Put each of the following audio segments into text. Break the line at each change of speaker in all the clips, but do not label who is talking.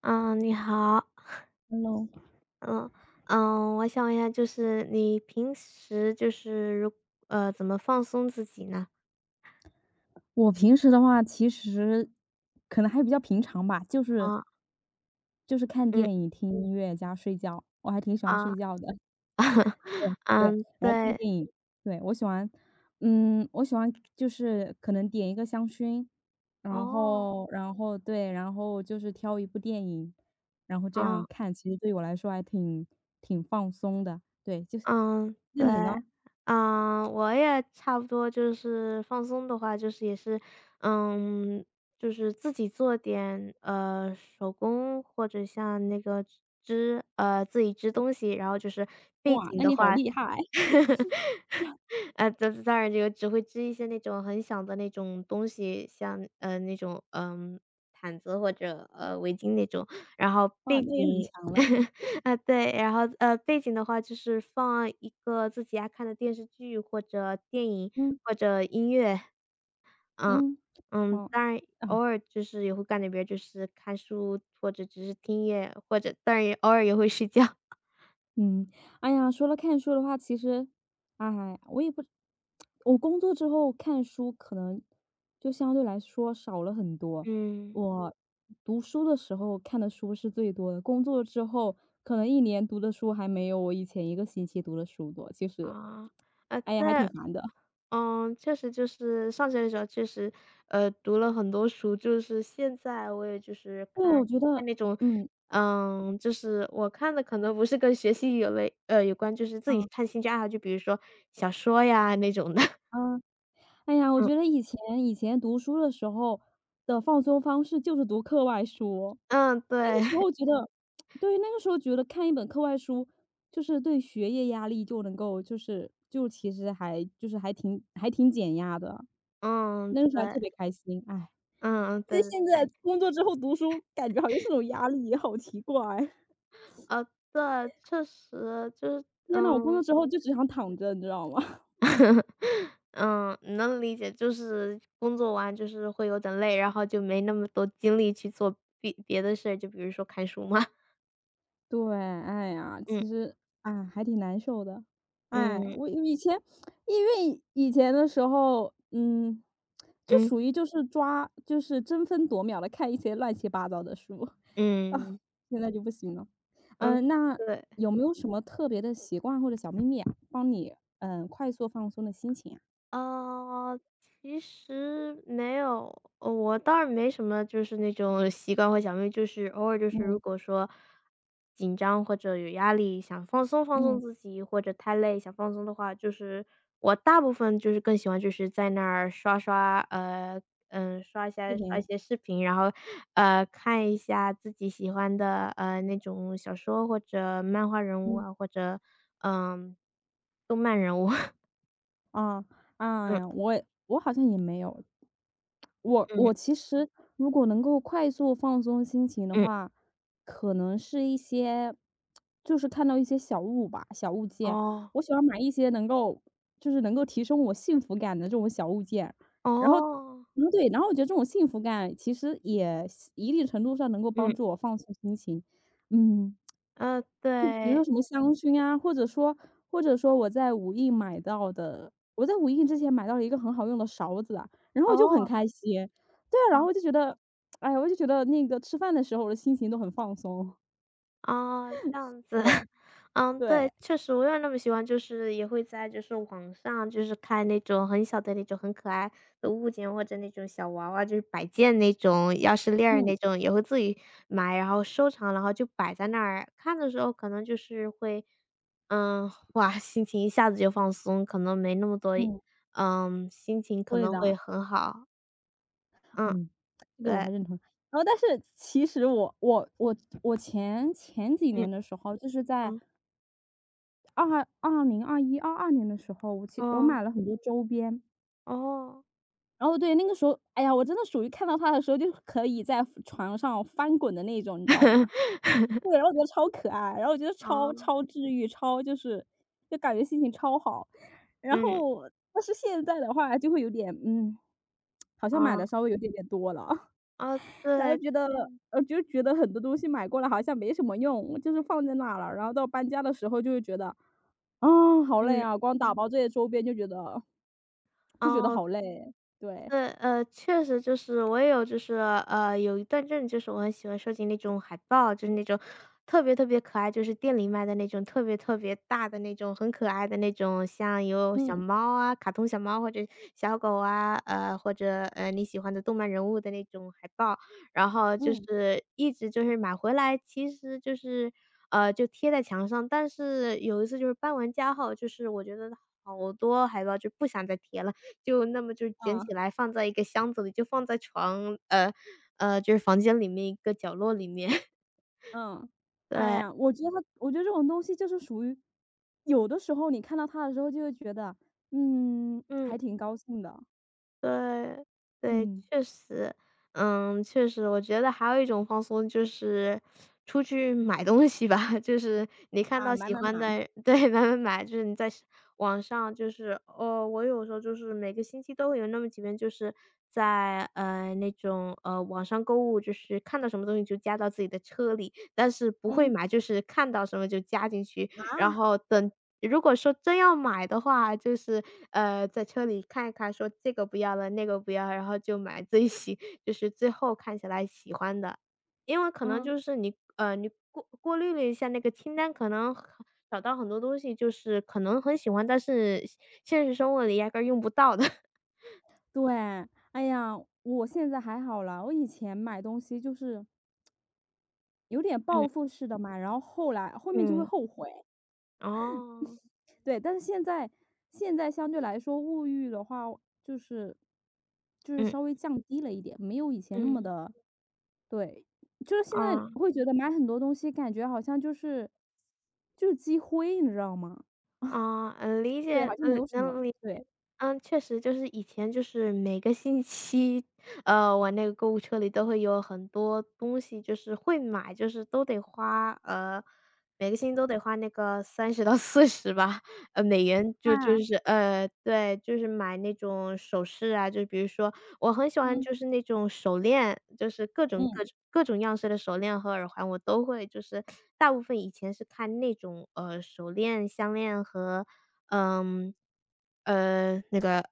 嗯，你好。
Hello。
嗯嗯，我想问一下，就是你平时就是怎么放松自己呢？
我平时的话，其实可能还比较平常吧，就是
啊，
就是看
嗯，
电影、听音乐加睡觉，我还挺喜欢
啊，
睡觉的。对。
嗯，
然后看
对，
电影，对，我喜欢，我喜欢就是可能点一个香薰，然
哦，
后然后对，然后就是挑一部电影，然后这样
啊，
看，其实对我来说挺放松的。对，就是
嗯，
那
对。
你呢？
嗯，我也差不多，就是放松的话，就是也是，嗯，就是自己做点手工，或者像那个自己织东西，然后就是背
哇，
景
那
的
你好
话。
厉害。
当然这个只会织一些那种很小的那种东西，像，那种，毯子，或者，围巾那种。然后
哇，
背
那也很
景。
强了。
啊，对，然后，背景的话就是放一个自己爱看的电视剧或者电影。
嗯。
嗯，
嗯。
嗯，
哦。
当然
啊。
偶尔就是也会干点别的，就是看书或者只是听音乐，或者当然也偶尔也会睡觉。
嗯。哎呀，说了看书的话，其实，哎，我也不，我工作之后看书可能就相对来说少了很多。
嗯。
我读书的时候看的书是最多的，工作之后可能一年读的书还没有我以前一个星期读的书多。其实，
啊，啊
哎呀，还
对。
挺烦的。
嗯，确实就是上学的时候确实，读了很多书，就是现在我也就是
对，
看
我觉
看
得。
那种，
嗯。
就是我看的可能不是跟学习有关，就是自己
啊。
看兴趣爱好，就比如说小说呀那种的。
嗯。哎呀，我
嗯，
觉得以前读书的时候的放松方式就是读课外书。
嗯，
那个
对，
时候 觉得对，那个时候觉得看一本课外书，就是对学业压力就能够就是就其实还就是还挺减压的。
嗯，
那个时候还特别开心。唉，
嗯，
其实
对。
现在工作之后读书，感觉好像是种压力，好奇怪。
呃，对，确实就是
天呐，我工作
嗯。
之后就只想躺着，你知道吗？
嗯，能理解，就是工作完就是会有点累，然后就没那么多精力去做别的事儿，就比如说看书嘛。
对。哎呀，其
嗯
实，啊，还挺难受的。哎，
嗯
我以前因为以前的时候，就
嗯
属于就是抓就是争分夺秒的看一些乱七八糟的书 啊，
嗯
现在就不行了。
嗯，
嗯，那
对。
有没有什么特别的习惯或者小秘密啊，帮你，快速放松的心情啊？
呃，其实没有，我倒是没什么就是那种习惯或小秘密，就是偶尔就是如
嗯。
果说紧张或者有压力，想放松放
嗯。
松自己，或者太累想放松的话，就是我大部分就是更喜欢就是在那儿刷刷，刷一
是
下刷
的。
一些视频，然后，看一下自己喜欢的，那种小说或者漫画人物
嗯。
啊，或者，嗯，动漫人物。
啊，哎
嗯
呀，我好像也没有。我
嗯
我
嗯。
其实如果能够快速放松心情的话，可能是就是看到一些小物吧，小物件。
哦，
我喜欢买一些能够提升我幸福感的这种小物件。然后
哦，
对，然后我觉得这种幸福感其实也一定程度上能够帮
嗯。
助我放松心情。嗯。就比如说
对，
什么香薰啊，或者说我在无印之前买到了一个很好用的勺子啊，然后我就很
哦，
开心。对啊。
这
然后
样
我就觉得，哎呀，我就觉得那个吃饭的时候我的心情都很放松。
哦，这样子。
对。
嗯，
对。
对，确实我也那么喜欢，就是也会在就是网上就是看那种很小的那种很可爱的物件，或者那种小娃娃，就是摆件那种钥匙链儿
嗯。
那种，也会自己买，然后收藏，然后就摆在那儿。看的时候可能就是会，嗯，哇，心情一下子就放松，可能没那么多
嗯。
心情可
对
能会
的。
很好。嗯，
嗯。这个我
对，
还认同。然后但是其实我前几
嗯。
年的时候，就是在
嗯，
2021、22年的时候，我
哦，
买了很多周边。
哦。
然后对，那个时候，哎呀，我真的属于看到它的时候就可以在床上翻滚的那种，你知道吗？对，然后我觉得超可爱，然后我觉得
啊哦，
超治愈，超就是就感觉心情超好。然
嗯，
后但是现在的话就会有点，嗯，好像买
哦，
的稍微有点点多了，
哦，
然后
对，
觉得很多东西买过来好像没什么用，就是放在那了，然后到搬家的时候就会觉得，啊，好累
嗯，
啊，光打包这些周边就觉得
哦。
好累。对。
确实就是我也有，就是有一段阵就是我很喜欢收集那种海报，就是那种特别特别可爱，就是店里卖的那种特别特别大的那种，很可爱的那种，像有小
嗯。
猫啊，卡通小猫或者小狗啊，或者你喜欢的动漫人物的那种海报，然后就
嗯。
是一直就是买回来，其实就是。就贴在墙上，但是有一次就是搬完家后，就是我觉得好多海报就不想再贴了。就那么就卷起
啊。
来放在一个箱子里，就放在就是房间里面一个角落里面。
嗯，哎
对，
呀，我觉得这种东西就是属于，有的时候你看到它的时候就会觉得，嗯，
嗯。
还挺高兴的。
对，对，
嗯。
确实。嗯，确实，我觉得还有一种放松就是出去买东西吧，就是你看
啊，
到
买
喜
买
欢
买。
的。 对，买买买，就是你网上就是哦，我有时候就是每个星期都会有那么几遍，就是在，那种，网上购物，就是看到什么东西就加到自己的车里，但是不会
嗯。
买，就是看到什么就加进去。然
啊。
后等如果说真要买的话，就是，在车里看一看，说这个不要了，那个不要，然后就买就是最后看起来喜欢的。因为可能
嗯。
就是你过滤了一下那个清单，可能很找到很多东西，就是可能很喜欢，但是现实生活里压根儿用不到的。
对。哎呀，我现在还好了。我以前买东西就是有点报
嗯
复式的买，然后后来后面就会
嗯，
后悔。
哦，
对，但是现在相对来说物欲的话，就是就是
嗯
稍微降低了一点，没有以前那么
嗯，
的。对，就是现在
啊，
会觉得买很多东西，感觉好像就是就是积灰，你知道吗？
啊，理
对。
解，
好像没
嗯，
有什么。
能理
对。
嗯，确实就是以前就是每个星期，我那个购物车里都会有很多东西，就是会买，就是都得花，每个星期都得花那个30到40吧，美元。就就
啊。
是对，就是买那种首饰啊，就比如说我很喜欢
嗯。
就是那种手链，就是各种
嗯。
各种各种样式的手链和耳环，我都会，就是大部分以前是看那种，手链、项链和嗯，那个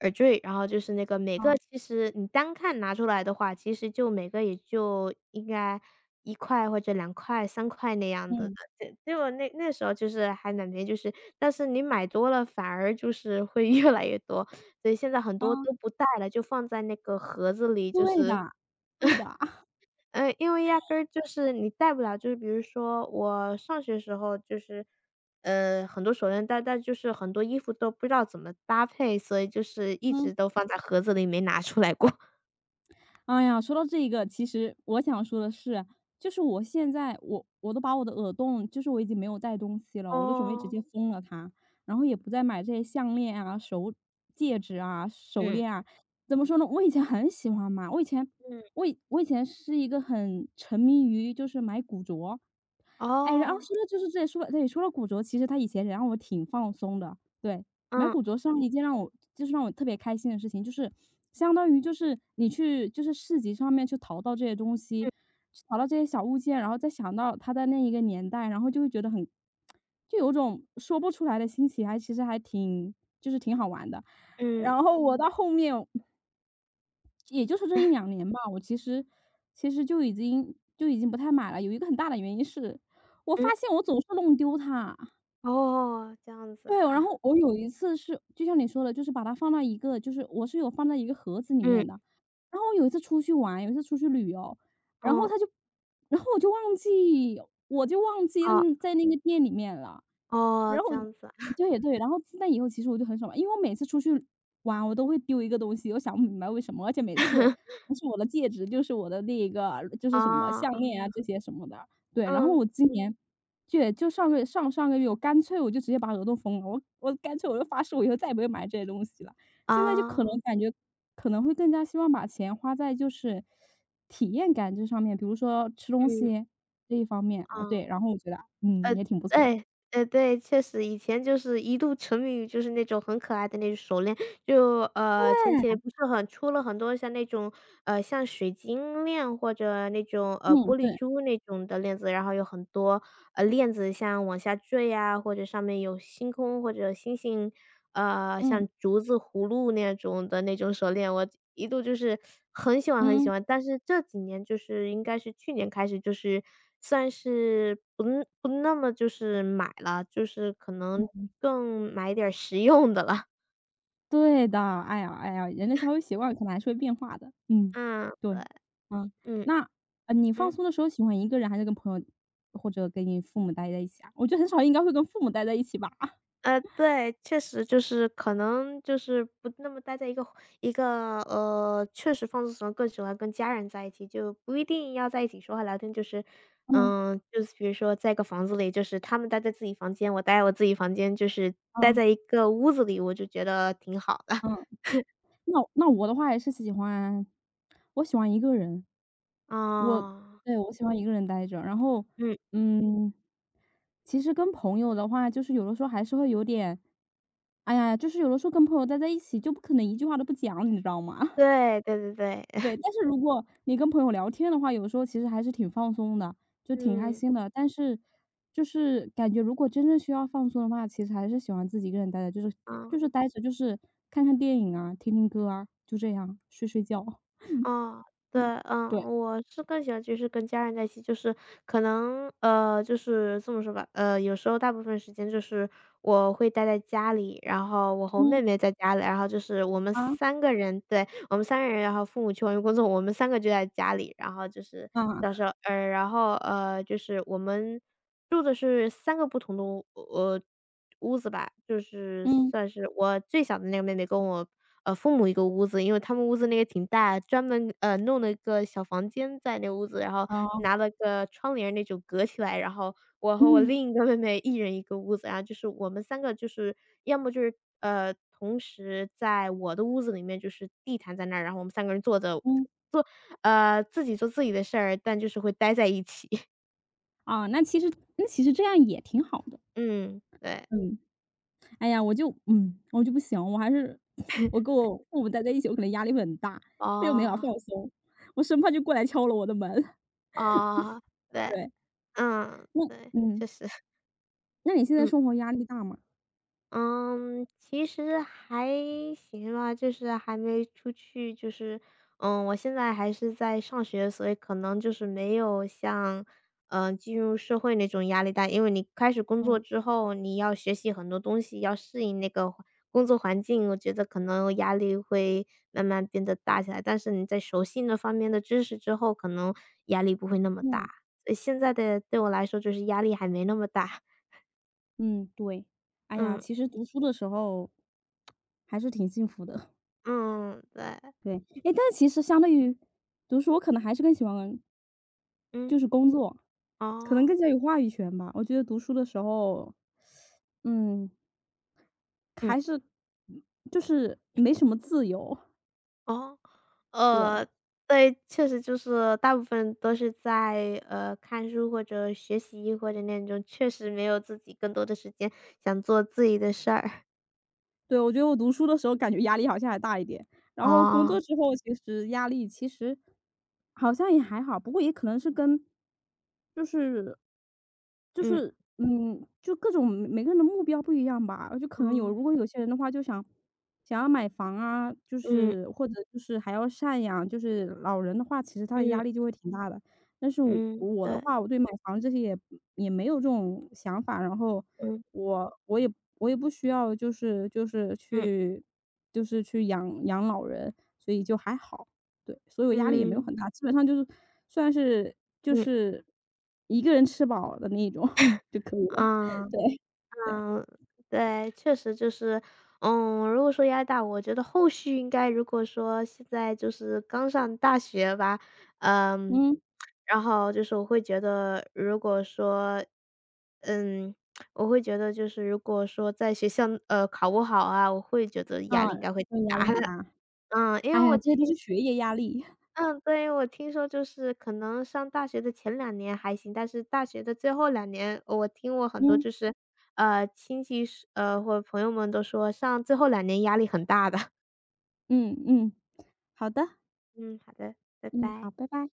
耳坠，然后就是那个每
啊。
个其实你单看拿出来的话，其实就每个也就应该1块或者2块、3块那样子的。
嗯。
对，对我那时候就是还蛮便宜，就是但是你买多了反而就是会 越来越多，所以现在很
啊。
多都不带了，就放在那个盒子里，就
对
是
的。对的。
因为压根儿就是你带不了，就是比如说我上学时候就是，很多手链带，但就是很多衣服都不知道怎么搭配，所以就是一
嗯。
直都放在盒子里没拿出来过。
哎呀，说到这个，其实我想说的是，就是我都把我的耳洞，就是我已经没有戴东西了，我都准备直接
哦，
封了它，然后也不再买这些项链啊、手戒指啊、手
嗯。
链啊。怎么说呢？我以前很喜欢买。
嗯，
我以前是一个很沉迷于就是买古着。哎，然后说
哦。
的就是这里说，对，说了古着，其实他以前也让我挺放松的。对，买
嗯，
古着上一件让我特别开心的事情，就是相当于就是你去就是市集上面去淘到这些东西，
嗯，
去淘到这些小物件，然后再想到它的那一个年代，然后就会觉得很有种说不出来的新奇，还其实还挺就是挺好玩的。
嗯，
然后我到后面，也就是这一两年吧，我其实其实就已经不太买了，有一个很大的原因是，我
嗯。
发现我总是弄丢它。
哦，这样子
对，然
啊。
后我有一次是就像你说的，就是把它放到一个就是我是有放在一个盒子里
嗯。
面的。然后我有一次出去玩，有一次出去旅游，然后
哦，
他就然后我就忘记，
哦，
在那个店里面了。
哦，
然后
这样子啊。
也对，然后自那以后其实我就很少玩，因为我每次出去玩，我都会丢一个东西，我想不明白为什么，而且每次 不是我的戒指，就是我的什么
啊，
项链啊这些什么的。对，然后
嗯，
我今年就就上个月上个月，我干脆我就直接把额度封了，我我干脆我就发誓我以后再也不会买这些东西了。现在就可
啊，
能感觉可能会更加希望把钱花在体验感这上面，比如说吃东
嗯。
西这一方面。对，
啊。
然后我觉得，嗯，
呃，
也挺不错的。
对。对，确实以前就是一度沉迷于就是那种很可爱的那种手链。前期不是很出了很多像那种，像水晶链或者那种，
嗯。
玻璃
对。
珠那种的链子，然后有很多，链子像往下坠呀，或者上面有星空或者星星，
嗯。
像竹子、葫芦那种的那种手链，我一度就是很喜欢很喜
嗯。
欢。但是这几年就是应该是去年开始，就是算是不那么就是买了，就是可能更买点儿实用的了。
对的。哎呀，人的消费习惯可能还是会变化的。嗯。
嗯，
对。
对。
嗯。
嗯
那，你放
嗯，
松的时候喜欢一个人还是跟朋友或者跟你父母待在一起啊？我觉得很少应该会跟父母待在一起吧？
对，确实就是可能就是不那么待在一个确实放松时候更喜欢跟家人在一起，就不一定要在一起说话聊天，就是，
嗯。
就是比如说在一个房子里，就是他们待在自己房间，我待在我自己房间，就是待
嗯。
在一个屋子里，我就觉得挺好的。
嗯。那我的话也是喜欢我喜欢一个人。我
哦，
对，我喜欢一个人待着。然后
嗯，
嗯，其实跟朋友的话，就是有的时候还是会有点，哎呀，就是有的时候跟朋友待在一起，就不可能一句话都不讲，你知道吗？
对对对对，
对，但是如果你跟朋友聊天的话，有时候其实还是挺放松的，就挺开
嗯，
心的。但是，就是感觉如果真正需要放松的话，其实还是喜欢自己一个人待着，就是
啊。
待着，就是看看电影啊，听听歌啊，就这样，睡睡觉。
哦，对，
对。
嗯，我是更喜欢就是跟家人在一起，就是可能就是这么说吧，有时候大部分时间就是我会待在家里，然后我和我
嗯。
妹妹在家里，然后就是我们
啊。
三个人，对，我们三个人，然后父母去外面工作，我们三个就在家里，然后就是
啊。
到时候然后，就是我们住的是三个不同的屋呃，屋子吧，就是
嗯。
算是我最小的那个妹妹跟我，父母一个屋子，因为他们屋子那个挺大，专门，弄了一个小房间在那屋子，然后
啊。
拿了个窗帘那种隔起来，然后我和我
嗯。
另一个妹妹一人一个屋子，然后就是我们三个就是要么就是，呃同时在我的屋子里面就是地毯在那儿，然后我们三个人坐着，
嗯。
呃，自己做自己的事儿，但就是会待在一起。
啊，那其实这样也挺好的。
嗯，对。
嗯，哎呀，我就不行，我还是 我跟我父母待在一起，我可能压力会很大，这又没法
哦，
放松，我生怕就过来敲了我的门。
哦，对，
对。
嗯，
那
对，
嗯，
确实，
那你现在
嗯。
生活压力大吗？
嗯，其实还行吧，就是还没出去，就是，嗯，我现在还是在上学，所以可能就是没有像，进入社会那种压力大，因为你开始工作
嗯。
之后，你要学习很多东西，要适应那个工作环境，我觉得可能压力会慢慢变得大起来，但是你在熟悉那方面的知识之后，可能压力不会那么大，
嗯。
所以现在的对我来说就是压力还没那么大。
嗯。对。哎 呀，
嗯
其实读书的时候还是挺幸福的。
嗯，对，
对。哎，但其实相对于读书，我可能还是更喜欢
嗯。
工作，可能更
哦，
加有话语权吧。我觉得读书的时候，嗯，
嗯。
还是嗯就是没什么自由。
哦，
对。
呃，对，确实就是大部分都是在，看书或者学习或者那种，确实没有自己更多的时间想做自己的事儿。
对，我觉得我读书的时候感觉压力好像还大一点，然后工
哦，
作之 后其实压力其实好像也还好，不过也可能是跟就是
嗯，
嗯，就各种每个人的目标不一样吧。就可能
哦，
如果有些人的话就想要买房啊，就
嗯，
是或者就是还要赡养，就是老人的话，其实他的
嗯，
压
嗯
力就会挺大的。但是
嗯，
我的
对，
话，我对买房这些也没有这种想法。然后
嗯，
我我也我也不需要就是
嗯，
去养养老人，所以就还好。对，所以我压力也没有
嗯，
很大，基本上就是算是就
嗯，
是一个人吃饱的那一种 就可以了。
啊。
对。对。
嗯，对，确实就是，嗯，如果说压力大，我觉得后续应该如果说现在就是刚上大学吧，嗯，
嗯。
然后就是我会觉得，如果说，嗯，我会觉得就是如果说在学校考不好啊，我会觉得
啊。
压力应该会
对，
挺
压
大
力很
的，
大。
嗯，因
哎
为我
呀，这些都是
听
学业压力。
嗯，对，我听说就是可能上大学的前2年还行，但是大学的最后两年，我很多
嗯。
就是，亲戚是或者朋友们都说上最后两年压力很大的。
嗯。嗯。好的。
嗯，好的，拜
嗯。
拜。
好，拜拜。